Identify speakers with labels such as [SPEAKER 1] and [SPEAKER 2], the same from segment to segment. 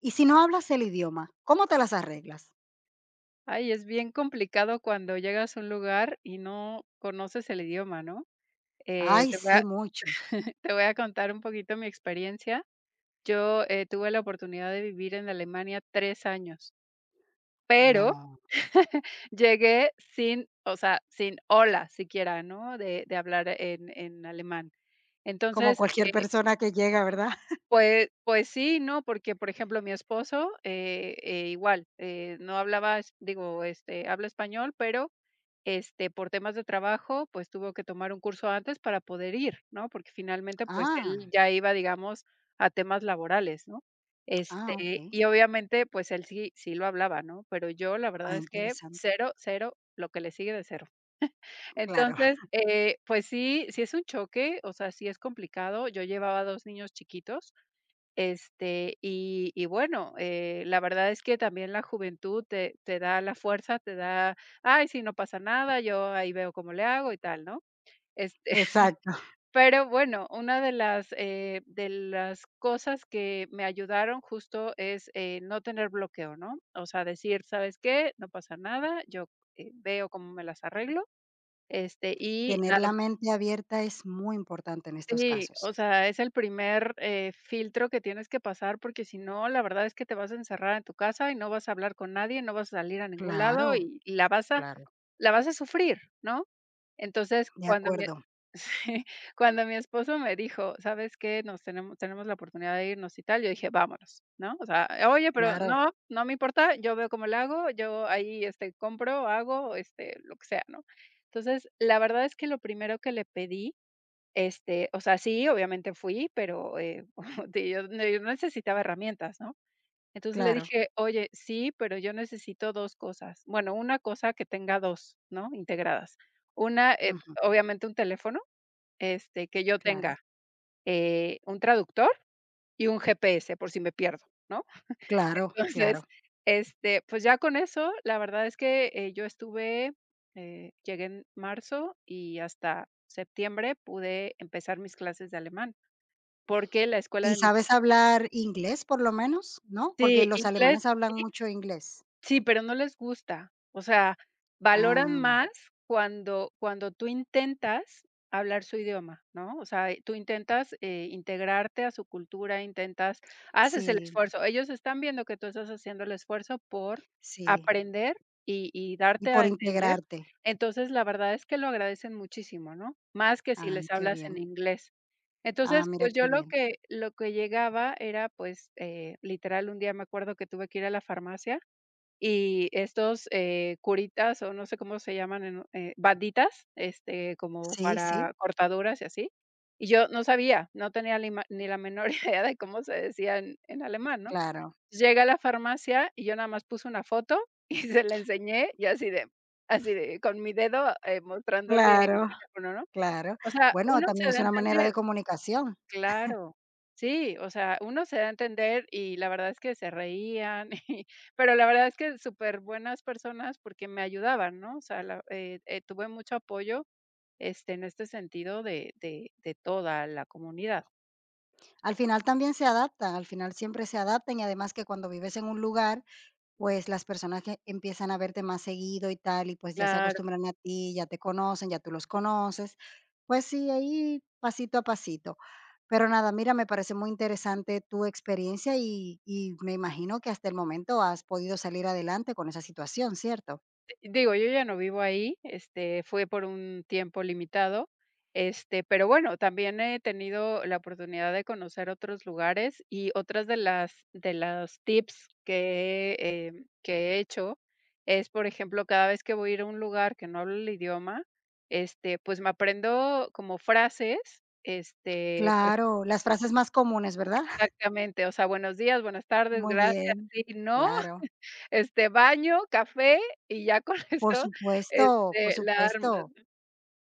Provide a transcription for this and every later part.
[SPEAKER 1] Y si no hablas el idioma, ¿cómo te las arreglas?
[SPEAKER 2] Ay, es bien complicado cuando llegas a un lugar y no conoces el idioma, ¿no?
[SPEAKER 1] Ay,
[SPEAKER 2] Te voy a
[SPEAKER 1] sí, mucho.
[SPEAKER 2] te voy a contar un poquito mi experiencia. Yo, tuve la oportunidad de vivir en Alemania 3 años, pero
[SPEAKER 1] No,
[SPEAKER 2] llegué sin, o sea, sin hola siquiera, ¿no? De hablar en alemán.
[SPEAKER 1] como
[SPEAKER 2] Entonces,
[SPEAKER 1] cualquier
[SPEAKER 2] eh
[SPEAKER 1] persona que llega, ¿verdad?
[SPEAKER 2] pues sí, no, porque, por ejemplo, mi esposo, igual, no hablaba, es digo, este, habla español, pero, este, por temas de trabajo, pues, tuvo que tomar un curso antes para poder ir, ¿no? Porque finalmente, pues,
[SPEAKER 1] Ah,
[SPEAKER 2] él ya iba, digamos, a temas laborales, ¿no?
[SPEAKER 1] ah,
[SPEAKER 2] Este,
[SPEAKER 1] okey.
[SPEAKER 2] y obviamente, pues, él sí lo hablaba, ¿no? Pero yo, la
[SPEAKER 1] Ah,
[SPEAKER 2] verdad es que
[SPEAKER 1] interesante.
[SPEAKER 2] cero, cero, lo que le sigue de cero.
[SPEAKER 1] Claro,
[SPEAKER 2] Entonces, pues sí, sí es un choque, o sea, sí es complicado. Yo llevaba 2 niños chiquitos. Este, y bueno, la verdad es que también la juventud te da la fuerza, te da: "Ay, si no pasa nada, yo ahí veo cómo le hago y tal", ¿no? Este,
[SPEAKER 1] exacto.
[SPEAKER 2] pero bueno, una de las cosas que me ayudaron justo es, no tener bloqueo, ¿no? O sea, decir: "¿Sabes qué? No pasa nada, yo, veo cómo me las arreglo", este, y
[SPEAKER 1] Tener
[SPEAKER 2] nada.
[SPEAKER 1] la mente abierta es muy importante en estos
[SPEAKER 2] Sí,
[SPEAKER 1] casos.
[SPEAKER 2] o sea, es el primer, filtro que tienes que pasar, porque si no, la verdad es que te vas a encerrar en tu casa y no vas a hablar con nadie, no vas a salir a ningún
[SPEAKER 1] Claro,
[SPEAKER 2] lado y la vas a
[SPEAKER 1] claro,
[SPEAKER 2] la vas a sufrir, ¿no? Entonces,
[SPEAKER 1] de
[SPEAKER 2] cuando mi
[SPEAKER 1] acuerdo.
[SPEAKER 2] sí, cuando mi esposo me dijo: "¿Sabes qué? Nos tenemos la oportunidad de irnos y tal", yo dije: "Vámonos", ¿no? O sea, oye, pero
[SPEAKER 1] Claro,
[SPEAKER 2] no, no me importa, yo veo cómo lo hago, yo ahí, este, compro, hago, este, lo que sea, ¿no? Entonces, la verdad es que lo primero que le pedí, este, o sea, sí, obviamente fui, pero, de yo necesitaba herramientas, ¿no? Entonces le
[SPEAKER 1] claro.
[SPEAKER 2] dije: "Oye, sí, pero yo necesito 2 cosas. Bueno, una cosa que tenga 2, ¿no? Integradas. Una,
[SPEAKER 1] Ujú,
[SPEAKER 2] obviamente un teléfono, este, que yo
[SPEAKER 1] claro,
[SPEAKER 2] tenga, un traductor y un GPS por si me pierdo, ¿no?"
[SPEAKER 1] claro, claro.
[SPEAKER 2] Entonces, este, pues ya con eso, la verdad es que, yo estuve, llegué en marzo y hasta septiembre pude empezar mis clases de alemán. Porque la escuela
[SPEAKER 1] ¿Y
[SPEAKER 2] de mis,
[SPEAKER 1] sabes hablar inglés, por lo menos? ¿No? Porque
[SPEAKER 2] sí,
[SPEAKER 1] los
[SPEAKER 2] inglés,
[SPEAKER 1] alemanes hablan
[SPEAKER 2] sí.
[SPEAKER 1] mucho inglés.
[SPEAKER 2] Sí, pero no les gusta. O sea, valoran
[SPEAKER 1] Ah,
[SPEAKER 2] más cuando tú intentas hablar su idioma, ¿no? O sea, tú intentas, integrarte a su cultura, intentas, haces el
[SPEAKER 1] sí,
[SPEAKER 2] esfuerzo. Ellos están viendo que tú estás haciendo el esfuerzo por
[SPEAKER 1] sí.
[SPEAKER 2] aprender y
[SPEAKER 1] Y
[SPEAKER 2] darte
[SPEAKER 1] por
[SPEAKER 2] a entender.
[SPEAKER 1] integrarte.
[SPEAKER 2] Entonces, la verdad es que lo agradecen muchísimo, ¿no? Más que si
[SPEAKER 1] Ah,
[SPEAKER 2] les
[SPEAKER 1] qué
[SPEAKER 2] hablas en
[SPEAKER 1] bien.
[SPEAKER 2] inglés.
[SPEAKER 1] Ah,
[SPEAKER 2] Entonces,
[SPEAKER 1] mira
[SPEAKER 2] pues,
[SPEAKER 1] qué
[SPEAKER 2] yo lo
[SPEAKER 1] bien.
[SPEAKER 2] que lo que llegaba era, pues, literal, un día me acuerdo que tuve que ir a la farmacia y estos, curitas, o no sé cómo se llaman en, banditas, este, como
[SPEAKER 1] Sí, sí,
[SPEAKER 2] para cortaduras y así. Y yo no sabía, no tenía la ima ni la menor idea de cómo se decía en alemán, ¿no?
[SPEAKER 1] claro,
[SPEAKER 2] Llegué a la farmacia y yo nada más puse una foto y se la enseñé, y así de con mi dedo, mostrándole el
[SPEAKER 1] claro,
[SPEAKER 2] teléfono, ¿no?
[SPEAKER 1] claro.
[SPEAKER 2] O sea,
[SPEAKER 1] Bueno,
[SPEAKER 2] uno
[SPEAKER 1] también
[SPEAKER 2] se da
[SPEAKER 1] es
[SPEAKER 2] a
[SPEAKER 1] una manera
[SPEAKER 2] entender.
[SPEAKER 1] de comunicación.
[SPEAKER 2] Claro. Sí, o sea, uno se da a entender y la verdad es que se reían, y pero la verdad es que súper buenas personas porque me ayudaban, ¿no? O sea, la, tuve mucho apoyo, este, en este sentido de de toda la comunidad.
[SPEAKER 1] Al final también se adaptan, al final siempre se adaptan y además que cuando vives en un lugar, pues las personas que empiezan a verte más seguido y tal, y pues ya se
[SPEAKER 2] Claro.
[SPEAKER 1] acostumbran a ti, ya te conocen, ya tú los conoces. Pues sí, ahí pasito a pasito. Pero nada, mira, me parece muy interesante tu experiencia y me imagino que hasta el momento has podido salir adelante con esa situación, ¿cierto?
[SPEAKER 2] Digo, yo ya no vivo ahí, este, fue por un tiempo limitado, este, pero bueno, también he tenido la oportunidad de conocer otros lugares y otras de las tips que he, que he hecho es, por ejemplo, cada vez que voy a ir a un lugar que no hablo el idioma, este, pues me aprendo como frases, este, por
[SPEAKER 1] Claro, las frases más comunes, ¿verdad?
[SPEAKER 2] exactamente, o sea, buenos días, buenas tardes,
[SPEAKER 1] Muy
[SPEAKER 2] gracias,
[SPEAKER 1] bien,
[SPEAKER 2] sí, no,
[SPEAKER 1] claro.
[SPEAKER 2] este, baño, café y ya con
[SPEAKER 1] Por
[SPEAKER 2] eso,
[SPEAKER 1] supuesto, por
[SPEAKER 2] este, la armas.
[SPEAKER 1] supuesto.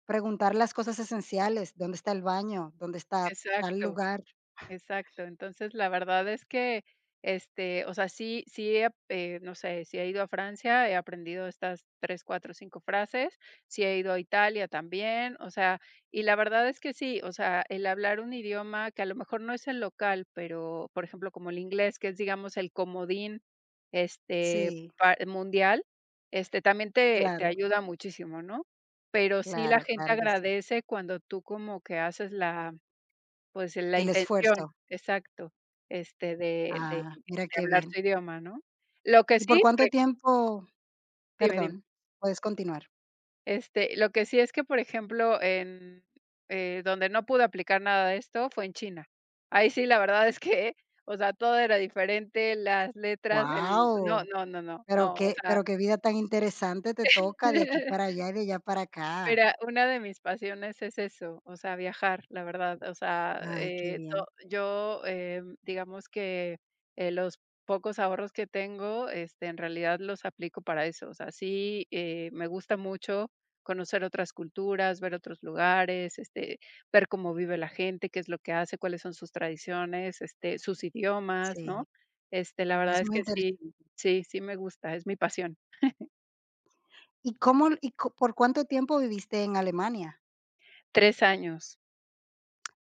[SPEAKER 1] Preguntar las cosas esenciales, ¿dónde está el baño? ¿Dónde está tal
[SPEAKER 2] Exacto.
[SPEAKER 1] lugar?
[SPEAKER 2] Exacto. Entonces, la verdad es que, este, o sea, sí he, no sé, si he ido a Francia, he aprendido estas 3 4 5 frases, sí he ido a Italia también, o sea, y la verdad es que sí, o sea, el hablar un idioma que a lo mejor no es el local, pero, por ejemplo, como el inglés, que es, digamos, el comodín, este,
[SPEAKER 1] Sí,
[SPEAKER 2] pa mundial, este, también te
[SPEAKER 1] claro,
[SPEAKER 2] ayuda muchísimo, ¿no? Pero sí la
[SPEAKER 1] claro,
[SPEAKER 2] gente
[SPEAKER 1] claro que sí.
[SPEAKER 2] agradece cuando tú como que haces la, pues, la
[SPEAKER 1] El
[SPEAKER 2] intención,
[SPEAKER 1] esfuerzo.
[SPEAKER 2] exacto, este, de de
[SPEAKER 1] Ah, mira
[SPEAKER 2] de
[SPEAKER 1] qué
[SPEAKER 2] hablar
[SPEAKER 1] bien.
[SPEAKER 2] su idioma, ¿no? Lo que
[SPEAKER 1] ¿Y por
[SPEAKER 2] sí,
[SPEAKER 1] cuánto
[SPEAKER 2] pre
[SPEAKER 1] tiempo?
[SPEAKER 2] dime, dime.
[SPEAKER 1] Perdón, puedes continuar.
[SPEAKER 2] Este, lo que sí es que, por ejemplo, en, donde no pude aplicar nada de esto fue en China. Ahí sí, la verdad es que, o sea, todo era diferente, las letras, el no,
[SPEAKER 1] Guau,
[SPEAKER 2] no, no, no,
[SPEAKER 1] pero
[SPEAKER 2] no, o
[SPEAKER 1] qué
[SPEAKER 2] sea.
[SPEAKER 1] pero qué vida tan interesante te toca de aquí para allá y de allá para acá.
[SPEAKER 2] Mira, una de mis pasiones es eso, o sea, viajar, la verdad. O sea,
[SPEAKER 1] Ay, qué bien.
[SPEAKER 2] to yo, digamos que, los pocos ahorros que tengo, este, en realidad los aplico para eso. O sea, sí, me gusta mucho conocer otras culturas, ver otros lugares, este, ver cómo vive la gente, qué es lo que hace, cuáles son sus tradiciones, este, sus idiomas, ¿no?
[SPEAKER 1] Sí,
[SPEAKER 2] Este, la
[SPEAKER 1] es
[SPEAKER 2] verdad es
[SPEAKER 1] muy
[SPEAKER 2] que sí,
[SPEAKER 1] interesante.
[SPEAKER 2] sí, sí me gusta, es mi pasión.
[SPEAKER 1] ¿Y cómo y co por cuánto tiempo viviste en Alemania?
[SPEAKER 2] 3 años.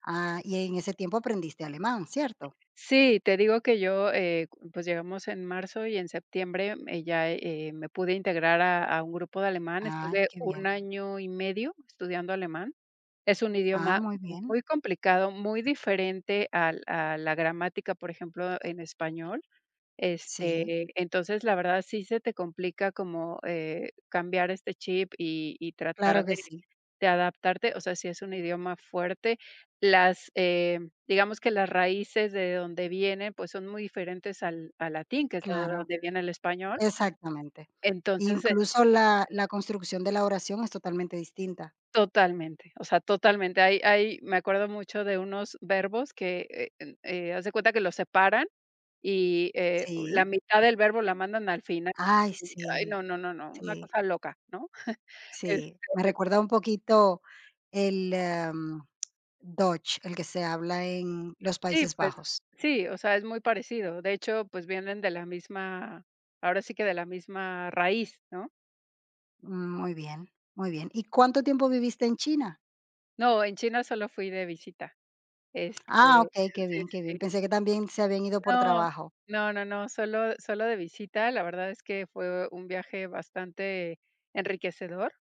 [SPEAKER 1] Ah, y en ese tiempo aprendiste alemán, ¿cierto?
[SPEAKER 2] Sí, te digo que yo, pues llegamos en marzo y en septiembre, ya, me pude integrar a un grupo de alemán.
[SPEAKER 1] Ay,
[SPEAKER 2] Estuve
[SPEAKER 1] qué
[SPEAKER 2] un
[SPEAKER 1] bien.
[SPEAKER 2] año y medio estudiando alemán. Es un
[SPEAKER 1] Ah,
[SPEAKER 2] idioma
[SPEAKER 1] muy bien.
[SPEAKER 2] muy complicado, muy diferente a la gramática, por ejemplo, en español.
[SPEAKER 1] Sí,
[SPEAKER 2] Este, entonces, la verdad sí se te complica como, cambiar este chip y
[SPEAKER 1] claro
[SPEAKER 2] tratar de
[SPEAKER 1] que sí,
[SPEAKER 2] adaptarte, o sea, si es un idioma fuerte. Las, digamos que las raíces de donde viene, pues, son muy diferentes al latín, que es de
[SPEAKER 1] claro,
[SPEAKER 2] donde viene el español.
[SPEAKER 1] exactamente.
[SPEAKER 2] Entonces,
[SPEAKER 1] Incluso la construcción de la oración es totalmente distinta.
[SPEAKER 2] totalmente, o sea, totalmente. Hay, me acuerdo mucho de unos verbos que, en haz de cuenta que los separan y, la
[SPEAKER 1] Sí.
[SPEAKER 2] mitad del verbo la mandan al final.
[SPEAKER 1] Ay,
[SPEAKER 2] Y, ay,
[SPEAKER 1] sí,
[SPEAKER 2] no, no, no, no,
[SPEAKER 1] sí,
[SPEAKER 2] una cosa loca, ¿no? Este,
[SPEAKER 1] sí. Me recuerda un poquito el, em, Dutch, el que se habla en los
[SPEAKER 2] sí,
[SPEAKER 1] Países
[SPEAKER 2] pues
[SPEAKER 1] Bajos.
[SPEAKER 2] sí, o sea, es muy parecido. De hecho, pues vienen de la misma, ahora sí que de la misma raíz, ¿no?
[SPEAKER 1] Mm, muy bien, muy bien. ¿Y cuánto tiempo viviste en China?
[SPEAKER 2] No, en China solo fui de visita.
[SPEAKER 1] Ah,
[SPEAKER 2] Este,
[SPEAKER 1] okey, qué
[SPEAKER 2] sí, sí,
[SPEAKER 1] bien, qué
[SPEAKER 2] sí.
[SPEAKER 1] bien. Pensé que también se habían ido por
[SPEAKER 2] No,
[SPEAKER 1] trabajo.
[SPEAKER 2] no, no, no, solo de visita, la verdad es que fue un viaje bastante enriquecedor,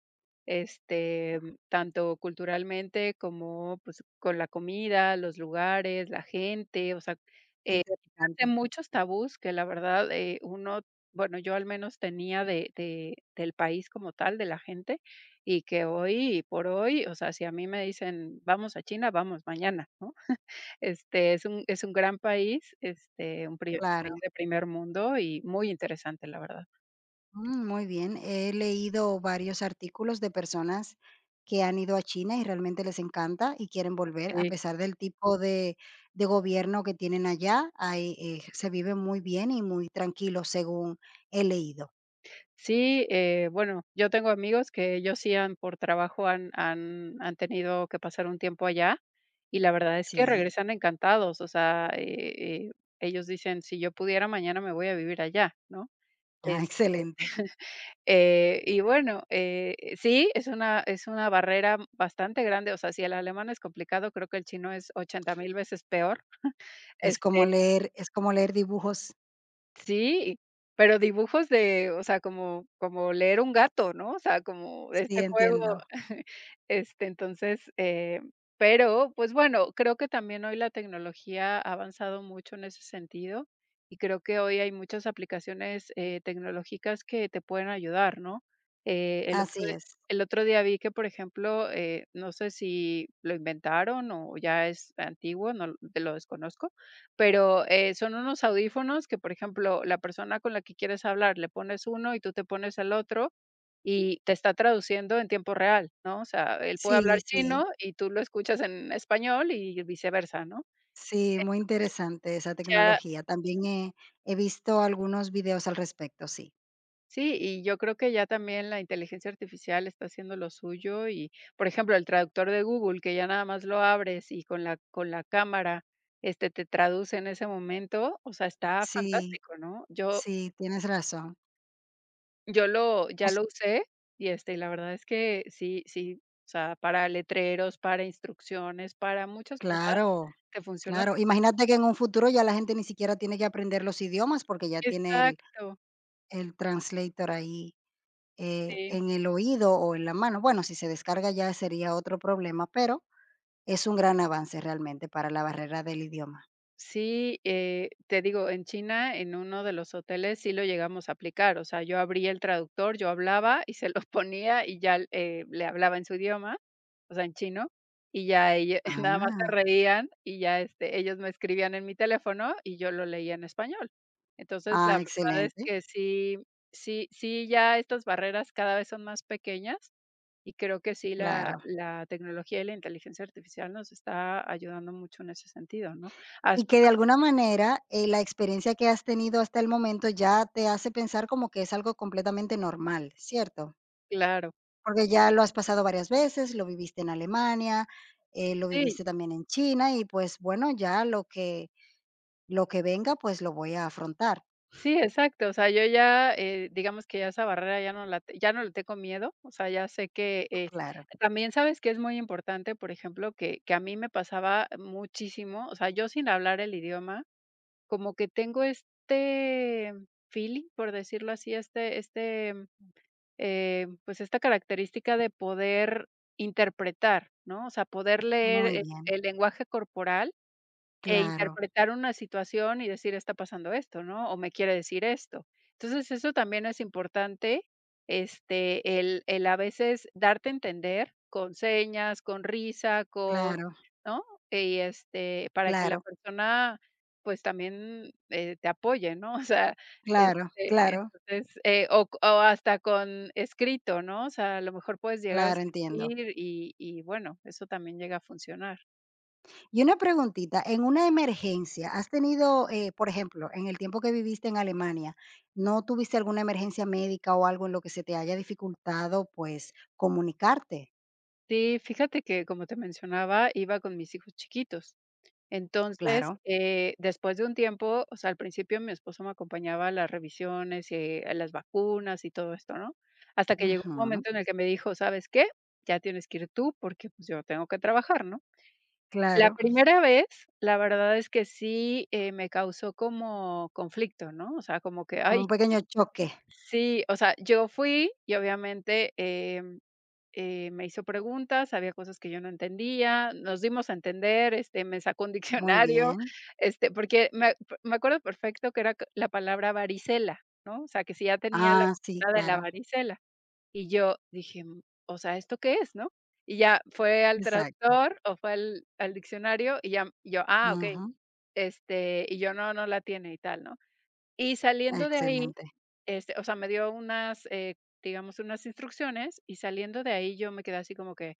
[SPEAKER 2] este, tanto culturalmente como, pues, con la comida, los lugares, la gente, o sea, eh,
[SPEAKER 1] Interesante,
[SPEAKER 2] hace muchos tabús que la verdad, uno, bueno, yo al menos tenía de del país como tal, de la gente, y que hoy por hoy, o sea, si a mí me dicen: "Vamos a China", vamos mañana, ¿no? Este, es un gran país, este, un pri país
[SPEAKER 1] claro.
[SPEAKER 2] de primer mundo y muy interesante, la verdad.
[SPEAKER 1] Mm, muy bien. He leído varios artículos de personas que han ido a China y realmente les encanta y quieren volver, a
[SPEAKER 2] Sí,
[SPEAKER 1] pesar del tipo de gobierno que tienen allá, hay, se vive muy bien y muy tranquilo, según he leído.
[SPEAKER 2] sí, bueno, yo tengo amigos que ellos sí, han por trabajo, han tenido que pasar un tiempo allá, y la verdad es que
[SPEAKER 1] Sí.
[SPEAKER 2] regresan encantados, o sea, ellos dicen: "Si yo pudiera, mañana me voy a vivir allá", ¿no?
[SPEAKER 1] Ah,
[SPEAKER 2] Este,
[SPEAKER 1] excelente.
[SPEAKER 2] y bueno, sí, es una barrera bastante grande, o sea, si el alemán es complicado, creo que el chino es 80,000 veces peor, este.
[SPEAKER 1] Es como leer dibujos.
[SPEAKER 2] Sí, pero dibujos de, o sea, como leer un gato, ¿no? O sea, como de
[SPEAKER 1] Sí,
[SPEAKER 2] este juego,
[SPEAKER 1] entiendo.
[SPEAKER 2] este, entonces, pero, pues, bueno, creo que también hoy la tecnología ha avanzado mucho en ese sentido, y creo que hoy hay muchas aplicaciones, tecnológicas que te pueden ayudar, ¿no? Eh, el otro
[SPEAKER 1] Así
[SPEAKER 2] di
[SPEAKER 1] es.
[SPEAKER 2] el otro día vi que, por ejemplo, no sé si lo inventaron o ya es antiguo, no lo desconozco, pero, son unos audífonos que, por ejemplo, la persona con la que quieres hablar, le pones uno y tú te pones el otro, y te está traduciendo en tiempo real, ¿no? O sea, él puede
[SPEAKER 1] Sí,
[SPEAKER 2] hablar
[SPEAKER 1] sí.
[SPEAKER 2] chino y tú lo escuchas en español y viceversa, ¿no?
[SPEAKER 1] Sí, muy interesante esa
[SPEAKER 2] Ya
[SPEAKER 1] tecnología. También he visto algunos videos al respecto, sí.
[SPEAKER 2] sí, y yo creo que ya también la inteligencia artificial está haciendo lo suyo y, por ejemplo, el traductor de Google, que ya nada más lo abres y con la cámara, este, te traduce en ese momento, o sea, está
[SPEAKER 1] Sí,
[SPEAKER 2] fantástico, ¿no? Yo.
[SPEAKER 1] sí, tienes razón.
[SPEAKER 2] Lo
[SPEAKER 1] O
[SPEAKER 2] ya
[SPEAKER 1] s
[SPEAKER 2] lo usé y, este, y la verdad es que sí, o sea, para letreros, para instrucciones, para muchas cosas,
[SPEAKER 1] Claro,
[SPEAKER 2] te funciona
[SPEAKER 1] claro.
[SPEAKER 2] per
[SPEAKER 1] Imagínate que en un futuro ya la gente ni siquiera tiene que aprender los idiomas, porque ya tiene el
[SPEAKER 2] Exacto,
[SPEAKER 1] el translator ahí,
[SPEAKER 2] sí.
[SPEAKER 1] en el oído o en la mano. Bueno, si se descarga ya sería otro problema, pero es un gran avance realmente para la barrera del idioma.
[SPEAKER 2] Sí, te digo, en China, en uno de los hoteles sí lo llegamos a aplicar. O sea, yo abría el traductor, yo hablaba y se lo ponía y ya, le hablaba en su idioma, o sea, en chino, y ya ella nada más se
[SPEAKER 1] Ah,
[SPEAKER 2] reían y ya, este, ellos me escribían en mi teléfono y yo lo leía en español. Entonces, la
[SPEAKER 1] ah,
[SPEAKER 2] verdad es
[SPEAKER 1] excelente,
[SPEAKER 2] que sí, sí, sí, ya estas barreras cada vez son más pequeñas y creo que sí la
[SPEAKER 1] claro.
[SPEAKER 2] la tecnología y la inteligencia artificial nos está ayudando mucho en ese sentido, ¿no? A.
[SPEAKER 1] Y que de alguna manera, la experiencia que has tenido hasta el momento ya te hace pensar como que es algo completamente normal, ¿cierto?
[SPEAKER 2] Claro.
[SPEAKER 1] Porque ya lo has pasado varias veces, lo viviste en Alemania, lo
[SPEAKER 2] Sí,
[SPEAKER 1] viviste también en China y pues bueno, ya lo que venga, pues lo voy a afrontar.
[SPEAKER 2] sí, exacto. O sea, yo ya, digamos que ya esa barrera ya no la te ya no le tengo miedo. O sea, ya sé que,
[SPEAKER 1] Claro,
[SPEAKER 2] también, ¿sabes que es muy importante? Por ejemplo, que a mí me pasaba muchísimo, o sea, yo sin hablar el idioma, como que tengo este feeling, por decirlo así, este, pues, esta característica de poder interpretar, ¿no? O sea, poder leer
[SPEAKER 1] muy
[SPEAKER 2] el
[SPEAKER 1] bien.
[SPEAKER 2] el lenguaje corporal. E
[SPEAKER 1] Claro,
[SPEAKER 2] interpretar una situación y decir: "Está pasando esto", ¿no? O me quiere decir esto. Entonces, eso también es importante, este, el a veces darte a entender con señas, con risa, con,
[SPEAKER 1] claro,
[SPEAKER 2] ¿no? Y, este, para que la
[SPEAKER 1] claro,
[SPEAKER 2] persona, pues, también, te apoye, ¿no? O sea,
[SPEAKER 1] claro,
[SPEAKER 2] este,
[SPEAKER 1] claro,
[SPEAKER 2] entonces, o hasta con escrito, ¿no? O sea, a lo mejor puedes llegar a
[SPEAKER 1] claro, entiendo.
[SPEAKER 2] escribir y bueno, eso también llega a funcionar.
[SPEAKER 1] Y una preguntita, en una emergencia, ¿has tenido, por ejemplo, en el tiempo que viviste en Alemania, no tuviste alguna emergencia médica o algo en lo que se te haya dificultado, pues, comunicarte?
[SPEAKER 2] Sí, fíjate que, como te mencionaba, iba con mis hijos chiquitos. Entonces,
[SPEAKER 1] Claro.
[SPEAKER 2] después de un tiempo, o sea, al principio mi esposo me acompañaba a las revisiones, a las vacunas y todo esto, ¿no? Hasta que llegó un
[SPEAKER 1] Ujú,
[SPEAKER 2] momento en el que me dijo: ¿sabes qué? Ya tienes que ir tú porque pues yo tengo que trabajar, ¿no? La
[SPEAKER 1] claro,
[SPEAKER 2] primera vez, la verdad es que sí, me causó como conflicto, ¿no? O sea, como que,
[SPEAKER 1] como
[SPEAKER 2] ay,
[SPEAKER 1] un pequeño choque.
[SPEAKER 2] sí. O sea, yo fui y obviamente me hizo preguntas, había cosas que yo no entendía, nos dimos a entender, este, me sacó un
[SPEAKER 1] Muy
[SPEAKER 2] diccionario,
[SPEAKER 1] bien.
[SPEAKER 2] este, porque me acuerdo perfecto que era c la palabra varicela, ¿no? O sea, que si ya tenía la
[SPEAKER 1] Ah, sí,
[SPEAKER 2] puntada en la
[SPEAKER 1] claro,
[SPEAKER 2] varicela. Y yo dije: "Mm, o sea, ¿esto qué es?", ¿no? Y ya fue al
[SPEAKER 1] exacto.
[SPEAKER 2] traductor o fue al diccionario y ya yo: "Ah, okey",
[SPEAKER 1] Ujú,
[SPEAKER 2] este, y yo: "No, no la tiene", y tal, ¿no? Y saliendo de ahí,
[SPEAKER 1] excelente,
[SPEAKER 2] este, o sea, me dio unas, digamos, unas instrucciones, y saliendo de ahí yo me quedé así como que: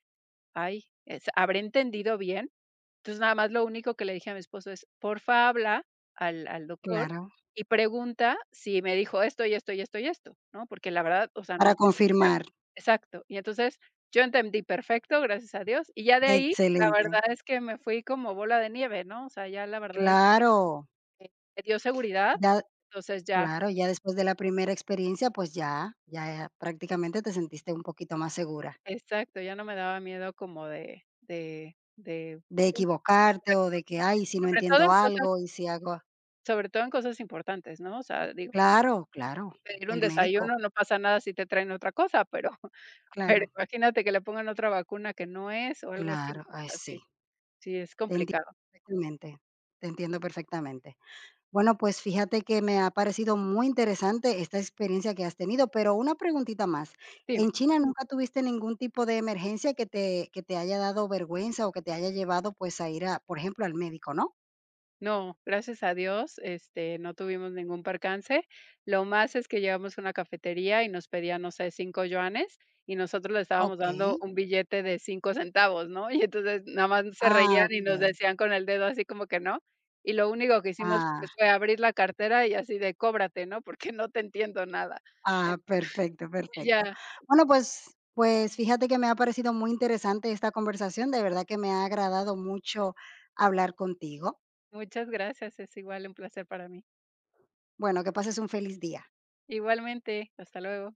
[SPEAKER 2] ay, es ¿habré entendido bien? Entonces, nada más lo único que le dije a mi esposo es: "Porfa, habla al doctor
[SPEAKER 1] claro.
[SPEAKER 2] y pregunta si me dijo esto, y esto, y esto, y esto", ¿no? Porque la verdad, o sea, no
[SPEAKER 1] Para
[SPEAKER 2] estoy segura.
[SPEAKER 1] confirmar,
[SPEAKER 2] Exacto. Y entonces, yo entendí perfecto, gracias a Dios, y ya de ahí, la
[SPEAKER 1] excelente.
[SPEAKER 2] verdad es que me fui como bola de nieve, ¿no? O sea, ya la verdad es-
[SPEAKER 1] Claro,
[SPEAKER 2] me dio seguridad,
[SPEAKER 1] ya
[SPEAKER 2] entonces ya
[SPEAKER 1] claro, ya después de la primera experiencia, pues ya ya prácticamente te sentiste un poquito más segura
[SPEAKER 2] exacto, ya no me daba miedo como de de de
[SPEAKER 1] de
[SPEAKER 2] de
[SPEAKER 1] equivocarte o de
[SPEAKER 2] exacto.
[SPEAKER 1] que: "Ay, si no
[SPEAKER 2] Sobre todo
[SPEAKER 1] entiendo
[SPEAKER 2] entonces.
[SPEAKER 1] algo? ¿Y si hago
[SPEAKER 2] Sobre todo en cosas importantes, ¿no? O sea, digo,
[SPEAKER 1] claro, claro,
[SPEAKER 2] pedir un
[SPEAKER 1] el médico,
[SPEAKER 2] desayuno no pasa nada si te traen otra cosa, pero pero
[SPEAKER 1] claro,
[SPEAKER 2] imagínate que le pongan otra vacuna que no es o algo así,
[SPEAKER 1] claro, ay,
[SPEAKER 2] así.
[SPEAKER 1] sí,
[SPEAKER 2] Sí, sí es
[SPEAKER 1] te
[SPEAKER 2] complicado.
[SPEAKER 1] entiendo perfectamente, te entiendo perfectamente. Bueno, pues fíjate que me ha parecido muy interesante esta experiencia que has tenido, pero una preguntita más,
[SPEAKER 2] Dime.
[SPEAKER 1] ¿en China nunca tuviste ningún tipo de emergencia que te haya dado vergüenza o que te haya llevado, pues, a ir a, por ejemplo, al médico, no?
[SPEAKER 2] No, gracias a Dios, este, no tuvimos ningún percance. Lo más es que llegamos a una cafetería y nos pedían, no sé, 5 yuanes, y nosotros le estábamos
[SPEAKER 1] Okey.
[SPEAKER 2] dando un billete de 5 centavos, ¿no? Y entonces nada más se
[SPEAKER 1] Ah,
[SPEAKER 2] reían y nos
[SPEAKER 1] okey.
[SPEAKER 2] decían con el dedo así como que no. Y lo único que hicimos, pues,
[SPEAKER 1] Ah,
[SPEAKER 2] fue abrir la cartera y así de cóbrate, ¿no? Porque no te entiendo nada. Eh,
[SPEAKER 1] ah, perfecto, perfecto.
[SPEAKER 2] ya,
[SPEAKER 1] Bueno, pues fíjate que me ha parecido muy interesante esta conversación, de verdad que me ha agradado mucho hablar contigo.
[SPEAKER 2] muchas gracias, es igual un placer para mí.
[SPEAKER 1] Bueno, que pases un feliz día.
[SPEAKER 2] Igualmente, hasta luego.